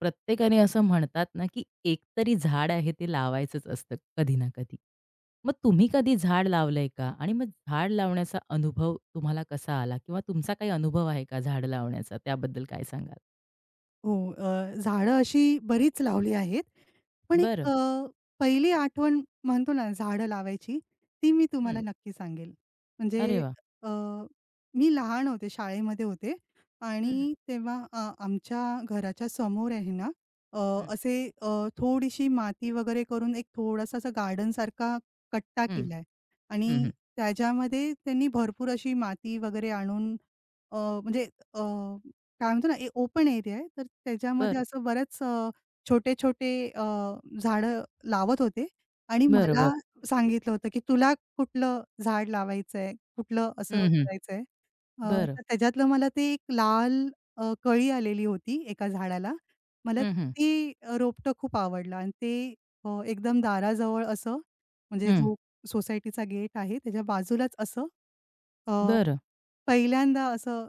प्रत्येकाने असं म्हणतात ना, की एकतरी झाड आहे ते लावायचंच असतं कधी ना कधी. मग तुम्ही कधी झाड लावलंय का? आणि मग झाड लावण्याचा अनुभव तुम्हाला कसा आला? किंवा तुमचा काही अनुभव आहे का झाड लावण्याचा? त्याबद्दल काय सांगाल? हो. झाडं अशी बरीच लावली आहेत. पण बरं. पहिली आठवण म्हणतो ना झाडं लावायची, ती मी हं. तुम्हाला नक्की सांगेल. अरे म्हणजे वाह! अ, मी लहान होते, शाळेमध्ये होते हं, हं, आणि तेव्हा आमच्या घराच्या समोर आहे ना, अ, हं, असे, अ, थोडीशी माती वगैरे करून एक थोडासा असा गार्डनसारखा कट्टा हं, केलाय हं, आणि हं. त्याच्यामध्ये त्यांनी भरपूर अशी माती वगैरे आणून म्हणजे, अ, काय म्हणतो ना, ए ओपन एरिया आहे, तर त्याच्यामध्ये बरं. असं बऱ्याच छोटे-छोटे, अ, झाडं लावत होते आणि बरं, बरं. मला सांगितलं होतं, की तुला कुठलं झाड लावायचं आहे, कुठलं असं हं, हं. करायचं आहे. बरं. तर त्याच्यातलं मला ते एक लाल कळी आलेली होती एका झाडाला. मला हं, हं, ती रोपटं खूप आवडलं आणि ते एकदम दाराजवळ असं म्हणजे हं. जो सोसायटीचा गेट आहे त्याच्या बाजूलाच असं अ बरं. पहिल्यांदा असं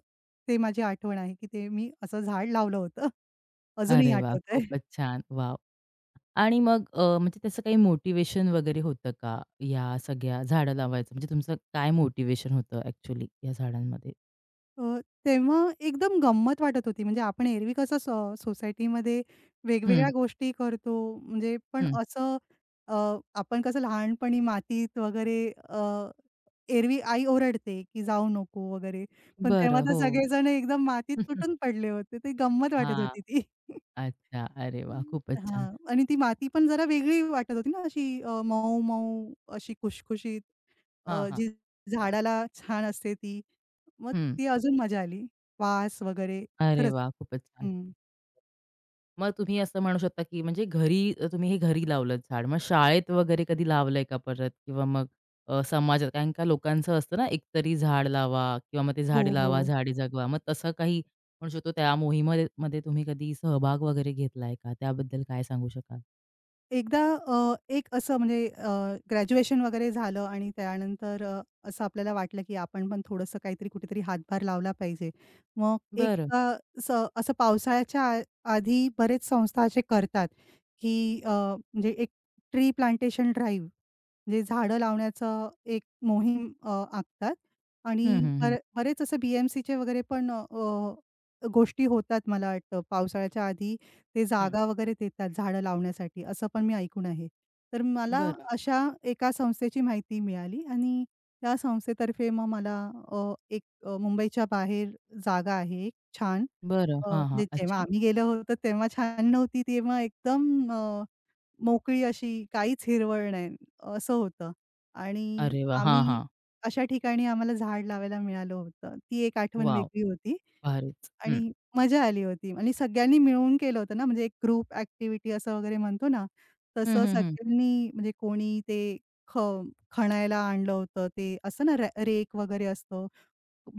ते माझी आठवण आहे, की ते मी असं झाड लावलं होतं. अजूनही अरे वाह! आठवतंय. खूपच छान. वॉव! आणि मग म्हणजे त्याचं काही मोटिव्हेशन वगैरे होतं का? या सगळ्या झाडं लावायचं म्हणजे तुमचं काय मोटिव्हेशन होतं ॲक्चुअली या झाडांमध्ये? अ, तेव्हा एकदम गंमत वाटत होती. म्हणजे आपण एरवी कसं सोसायटीमध्ये वेगवेगळ्या हं, गोष्टी करतो म्हणजे पण हं. असं, अ, आपण कसं लहानपणी मातीत वगैरे, अ, एरवी आई ओरडते, की जाऊ नको वगैरे. पण तेव्हा बरं. तर हो. सगळेजण एकदम मातीत तुटून पडले होते. ती गंमत हा वाटत होती ती. अच्छा. अरे वाह! खूपच छान. हां. आणि ती माती पण जरा वेगळी वाटत होती ना, अशी, मऊ-मऊ, अशी खुशखुशीत, हां, हां. जी झाडाला छान असते ती. मग हं. ती अजून मजा आली. वास वगैरे अरे खरंच. वाह! खूपच छान. हं. मग तुम्ही असं म्हणू शकता, की म्हणजे घरी तुम्ही हे घरी लावलंत झाड. मग शाळेत वगैरे कधी लावलंय का परत? किंवा मग समाजात कारण का लोकांचं असतं ना, एकतरी झाड लावा किंवा मग ते हो, झाडे लावा, हो. झाडे जगवा. मग तसं काही म्हणू शकतो त्या मोहिमे मध्ये तुम्ही कधी सहभाग वगैरे घेतलाय का? त्याबद्दल काय सांगू शकाल? एकदा, अ, एक असं म्हणजे अ, ग्रॅज्युएशन वगैरे झालं आणि त्यानंतर असं आपल्याला वाटलं, की आपण पण थोडंसं काहीतरी कुठेतरी हातभार लावला पाहिजे. मग एक बरं. अ, स असं पावसाळ्याच्या आधी बरेच संस्था असे करतात, की म्हणजे एक ट्री प्लांटेशन ड्राईव्ह म्हणजे झाडं लावण्याचं एक मोहीम आखतात हं, आणि हं, हं. बरेच असे बी वगैरे पण अ, अ, गोष्टी होतात मला वाटतं पावसाळ्याच्या आधी ते हं. जागा वगैरे देतात झाडं लावण्यासाठी असं पण मी ऐकून आहे. तर मला बरं. अशा एका संस्थेची माहिती मिळाली आणि त्या संस्थेतर्फे मग मला, मुंबईच्या बाहेर जागा आहे एक छान. बरं. हां, हां. म्हणजे जेव्हा अच्छा. आम्ही गेलो होतो तेव्हा छान नव्हती, तेव्हा एकदम, मोकळी अशी काहीच हिरवळ नाही असं होतं आणि अरे वाह! हां, आम्ही हां. अशा ठिकाणी आम्हाला झाड लावायला मिळालं होतं. ती एक आठवण वॉव! वेगळी होती. भारीच. हं. आणि मजा आली होती आणि सगळ्यांनी मिळून केलं होतं ना, म्हणजे एक ग्रुप ॲक्टिव्हिटी असं वगैरे म्हणतो ना, हं, तसं हं, हं. सगळ्यांनी म्हणजे कोणी ते ख खणायला आणलं होतं. ते असं ना, रेक वगैरे असतं,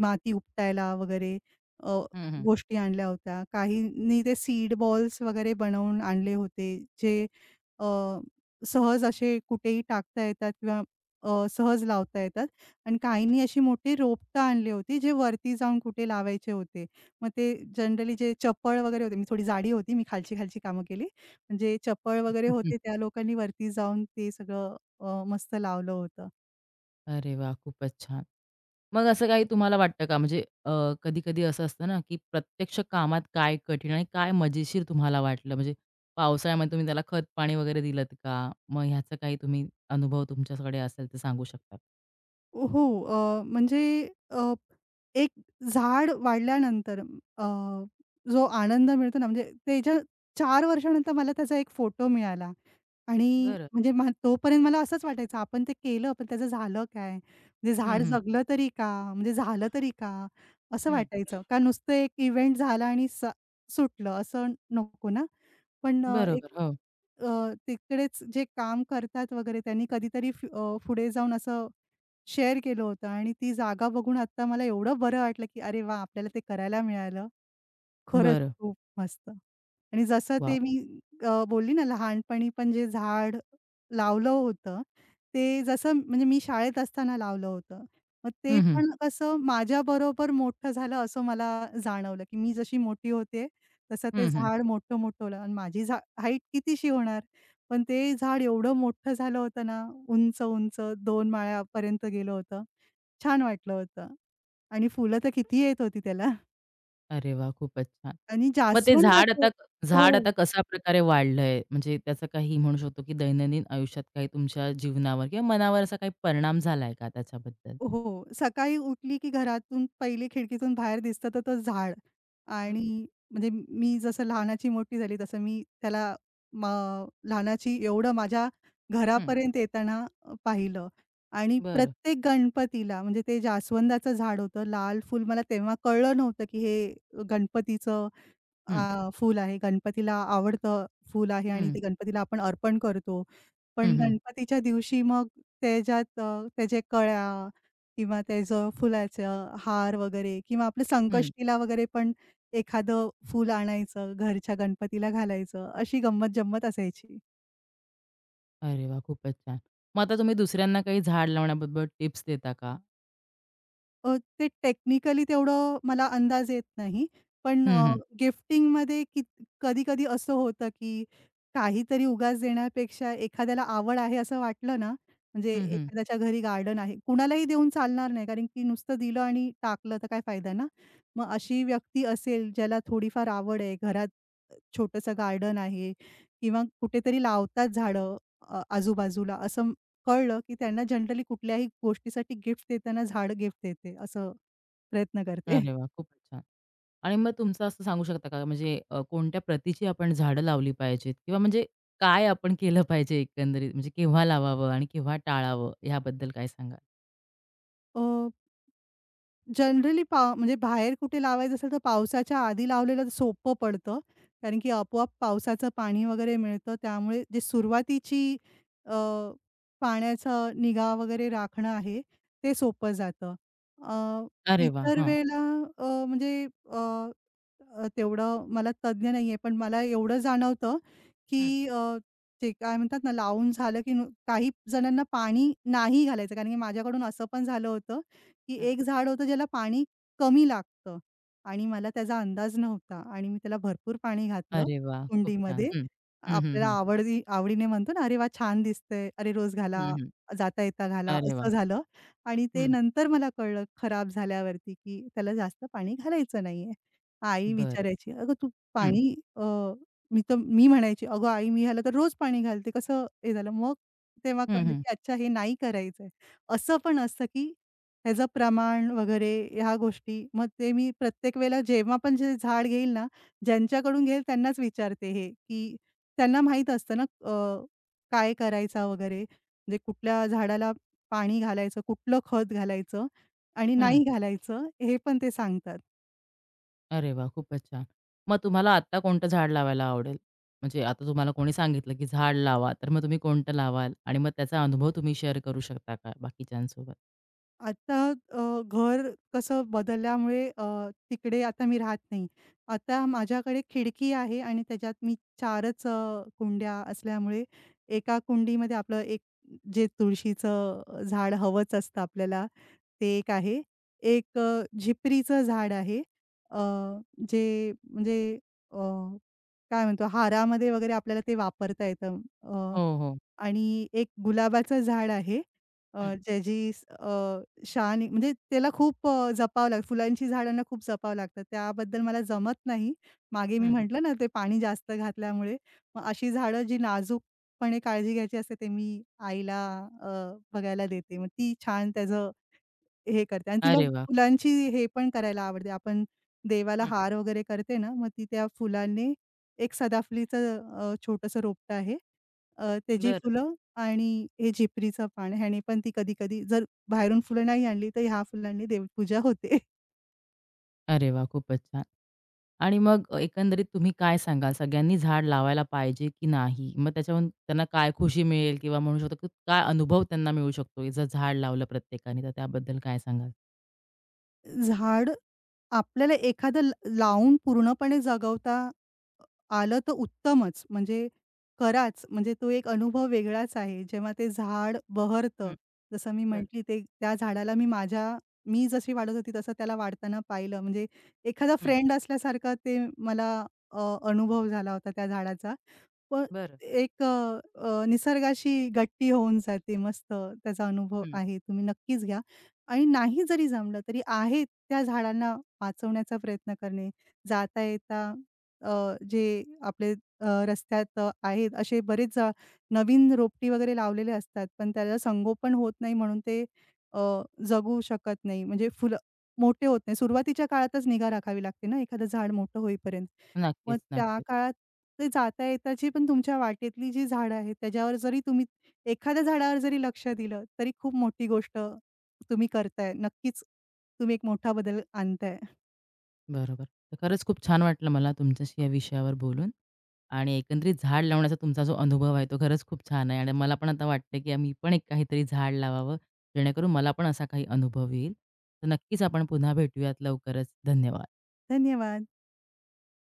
माती उपटायला वगैरे, अ, हं, हं. गोष्टी आणल्या होत्या. काहींनी ते सीड बॉल्स वगैरे बनवून आणले होते, जे अ, सहज असे कुठेही टाकता येतात किंवा सहज लावता येतात आणि काहींनी अशी मोठी रोपटं आणली होती, जे वरती जाऊन कुठे लावायचे होते. मग ते जनरली जे चपळ वगैरे होते, मी थोडी जाडी होती, मी खालची-खालची कामं केली. म्हणजे चपळ वगैरे होते त्या लोकांनी वरती जाऊन ते सगळं मस्त लावलं होतं. अरे वाह! खूपच छान. मग असं काही तुम्हाला वाटतं का? म्हणजे कधी-कधी असं असतं ना, की प्रत्यक्ष कामात काय कठीण आणि काय मजेशीर तुम्हाला वाटलं? म्हणजे पावसाळ्यामध्ये तुम्ही त्याला खत-पाणी वगैरे दिलत का? मग ह्याचा काही तुम्ही अनुभव तुमच्याकडे असेल तर सांगू शकता? हो. म्हणजे, अ, एक झाड वाढल्यानंतर जो आनंद मिळतो ना, म्हणजे त्याच्या 4 वर्षानंतर मला त्याचा एक फोटो मिळाला आणि बरं. म्हणजे तोपर्यंत मला असंच वाटायचं आपण ते केलं, पण त्याचं झालं काय? म्हणजे हं, झाड हं. जगलं तरी का? म्हणजे झालं तरी का? असं हं. वाटायचं. का नुसतं एक इव्हेंट झाला आणि सुटलं असं नको ना. पण बरोबर. हो. अ, तिकडेच जे काम करतात वगैरे त्यांनी कधीतरी पुढे जाऊन असं शेअर केलं होतं आणि ती जागा बघून आता मला एवढं बरं वाटलं, की अरे वा आपल्याला ते करायला मिळालं खरंच बरं. खूप मस्त. आणि जसं वॉव! ते मी बोलली ना लहानपणी पण जे झाड लावलं होतं, ते जसं म्हणजे मी शाळेत असताना लावलं होतं. मग ते हं, हं. पण कसं माझ्याबरोबर मोठं झालं असं मला जाणवलं, की मी जशी मोठी होते, तसं ते हं, हं. झाड मोठं-मोठं होलं आणि माझी हाईट कितीशी होणार? पण ते झाड एवढं मोठं झालं होतं ना, उंच-उंच 2 माळ्यापर्यंत गेलं होतं. छान वाटलं होतं आणि फुलं तर किती येत होती त्याला. अरे वाह! खूपच छान. आणि मग ते झाड जास्वंदाचं आता हो, झाड आता कशा प्रकारे वाढलंय? म्हणजे त्याचा काही म्हणू शकतो, की दैनंदिन आयुष्यात काही तुमच्या जीवनावर किंवा मनावर असा काही परिणाम झालाय का त्याच्याबद्दल? हो. सकाळी उठली की घरातून पहिले खिडकीतून बाहेर दिसतं तर तो झाड हं. आणि म्हणजे मी जसं लहानाची मोठी झाली तसं मी त्याला म लहानाची एवढं माझ्या हं. घरापर्यंत येताना पाहिलं आणि बरं. प्रत्येक गणपतीला म्हणजे ते जास्वंदाचं झाड होतं, लाल फुल मला तेव्हा कळलं नव्हतं, की हे गणपतीचं हं, फूल आहे. गणपतीला आवडतं फूल आहे आणि हं, ते गणपतीला आपण अर्पण करतो. पण हं, हं, गणपतीच्या दिवशी मग त्याच्यात त्याच्या कळ्या किंवा त्याचं फुलाचं हार वगैरे किंवा आपलं हं. संकष्टीला वगैरे पण एखादं फूल आणायचं, घरच्या गणपतीला घालायचं, अशी गंमत जम्मत असायची. अरे वाह! खूपच छान. मग आता तुम्ही दुसऱ्यांना काही झाड लावण्याबद्दल टिप्स देता का? ते टेक्निकली तेवढं मला अंदाज येत नाही. पण हं, अ, हं. गिफ्टिंगमध्ये कधी-कधी असं होतं, की काहीतरी उगाच देण्यापेक्षा एखाद्याला आवड आहे असं वाटलं ना, म्हणजे हं, हं. एखाद्याच्या घरी गार्डन आहे. कुणालाही देऊन चालणार नाही, कारण की नुसतं दिलं आणि टाकलं तर काय फायदा ना. मग अशी व्यक्ती असेल ज्याला थोडीफार आवड आहे, घरात छोटंसं गार्डन आहे किंवा कुठेतरी लावतात झाडं, आजूबाजूला असं कळलं, की त्यांना जनरली कुठल्याही गोष्टीसाठी गिफ्ट देताना झाड गिफ्ट देते, असं प्रयत्न करते. अरे वाह! खूपच छान. आणि मग तुमचं असं सांगू शकता का म्हणजे कोणत्या प्रतीची आपण झाडं लावली पाहिजेत किंवा म्हणजे काय आपण केलं पाहिजे एकंदरीत म्हणजे केव्हा लावावं आणि केव्हा टाळावं याबद्दल काय सांगाल? अ, जनरली म्हणजे बाहेर कुठे लावायचं असेल तर पावसाच्या आधी लावलेलं सोपं पडतं. कारण की आपोआप पावसाचं पाणी वगैरे मिळतं. त्यामुळे जे सुरुवातीची अ, पाण्याचा निगा वगैरे राखणं आहे, ते सोपं जातं. अ, अरे वाह! इतर हां. वेळेला, म्हणजे, अ, अ, तेवढं मला तज्ञ नाहीये, पण मला एवढं जाणवतं, की, हं, ते काय म्हणतात ना, लावून झालं की काही जणांना पाणी नाही घालायचं. कारण की माझ्याकडून असं पण झालं होतं की हं. एक झाड होतं ज्याला पाणी कमी लागतं आणि मला त्याचा अंदाज नव्हता आणि मी त्याला भरपूर पाणी घातलं अरे वाह! खूप छान. कुंडीमध्ये. हं. हं, हं, आपल्याला हं. आवडी आवडीने म्हणतो ना, "अरे वाह! छान दिसतंय. अरे रोज घाला, हं, हं. जाता-येता घाला." अरे असं वाह! झालं आणि ते हं. नंतर मला कळलं खराब झाल्यावरती, की त्याला जास्त पाणी घालायचं नाहीये. आई बरं. विचारायची, "अगं तू हं, पाणी" अ, मी तर मी म्हणायची, "अगं आई मी ह्याला तर रोज पाणी घालते, कसं हे झालं?" मग तेव्हा हं, कळलं, हं, की अच्छा हे नाही करायचंय. असं पण असतं, की त्याचं प्रमाण वगैरे ह्या गोष्टी. मग ते मी प्रत्येक वेळेला जेव्हा पण जे झाड घेईल ना, ज्यांच्याकडून घेईल त्यांनाच विचारते हे, की त्यांना माहीत असतं ना काय करायचा वगैरे. म्हणजे कुठल्या झाडाला पाणी घालायचं, कुठलं खत घालायचं आणि हं. नाही घालायचं हे पण ते सांगतात. अरे वाह! खूपच छान. मग तुम्हाला आत्ता कोणतं झाड लावायला आवडेल? म्हणजे आता तुम्हाला कोणी सांगितलं, की झाड लावा, तर मग तुम्ही कोणतं लावाल? आणि मग त्याचा अनुभव तुम्ही शेअर करू शकता का बाकीच्यांसोबत? आता, घर कसं बदलल्यामुळे तिकडे आता मी राहत नाही. आता माझ्याकडे खिडकी आहे आणि त्याच्यात मी 4च कुंड्या असल्यामुळे एका कुंडीमध्ये आपलं एक जे तुळशीचं झाड हवंच असतं आपल्याला, ते एक आहे. एक, झिपरीचं झाड आहे. अ, जे म्हणजे, अ, काय म्हणतो हारामध्ये वगैरे आपल्याला ते वापरता येतं. हो, हो. आणि एक गुलाबाचं झाड आहे. अ, हं, ज्याची स- अ, शान म्हणजे त्याला खूप जपावं लागतं. फुलांची झाडांना खूप जपावं लागतं. त्याबद्दल मला जमत नाही. मागे मी हं, हं. म्हटलं ना, ते पाणी जास्त घातल्यामुळे. मग अशी झाडं जी नाजूकपणे काळजी घ्यायची असते, ते मी आईला अ, बघायला देते. मग ती छान त्याचं हे करते आणि तिला अरे वाह! फुलांची हे पण करायला आवडते. आपण देवाला हं, हार वगैरे करते ना, मग ती त्या फुलांनी एक सदाफुलीचं छोटंसं रोपटं आहे. त्याची बरं. फुलं आणि हे झिपरीचं पान ह्याने पण ती कधी-कधी जर बाहेरून फुलं नाही आणली, तर ह्या फुलांनी देवपूजा होते. अरे वाह! खूपच छान. आणि मग एकंदरीत तुम्ही काय सांगाल? सगळ्यांनी झाड लावायला पाहिजे की नाही? मग त्याच्यावरून त्यांना काय खुशी मिळेल किंवा म्हणू शकतो, की काय अनुभव त्यांना मिळू शकतो, की जर झाड लावलं प्रत्येकाने, तर त्याबद्दल काय सांगाल? झाड आपल्याला एखादं लावून पूर्णपणे जगवता आलं तर उत्तमच. म्हणजे कराच. म्हणजे तो एक अनुभव वेगळाच आहे. जेव्हा ते झाड हं, बहरतं. जसं मी बरं. म्हटली ते त्या झाडाला मी माझ्या मी जशी वाढत होती तसं त्याला वाढताना पाहिलं. म्हणजे एखादा हं, फ्रेंड असल्यासारखा ते मला, अ, अनुभव झाला होता त्या झाडाचा. पण बरं. एक अ, अ, निसर्गाशी गट्टी होऊन जाते मस्त त्याचा अनुभव हं. आहे. तुम्ही नक्कीच घ्या आणि नाही जरी जमलं तरी आहे त्या झाडांना वाचवण्याचा प्रयत्न करणे. जाता येता, अ, जे आपले, रस्त्यात आहेत असे बरेच नवीन रोपटी वगैरे लावलेले असतात, पण त्याला संगोपन होत नाही म्हणून ते अ, जगू शकत नाही. म्हणजे फुलं मोठे होत नाही. सुरुवातीच्या काळातच निगा राखावी लागते ना एखादं झाड मोठं होईपर्यंत. मग नक्कीच, त्या नक्कीच. काळात ते जाता येताची पण तुमच्या वाटेतली जी झाडं आहेत त्याच्यावर जरी तुम्ही एखाद्या झाडावर जरी लक्ष दिलं, तरी खूप मोठी गोष्ट तुम्ही करताय. नक्कीच तुम्ही एक मोठा बदल आणताय. बरोबर. तर खरंच खूप छान वाटलं मला तुमच्याशी या विषयावर बोलून आणि एकंदरीत झाड लावण्याचा तुमचा जो अनुभव आहे तो खरंच खूप छान आहे आणि मला पण आता वाटतं, की मी पण एक काहीतरी झाड लावावं, जेणेकरून मला पण असा काही अनुभव येईल. तर नक्कीच आपण पुन्हा भेटूयात लवकरच. धन्यवाद. धन्यवाद.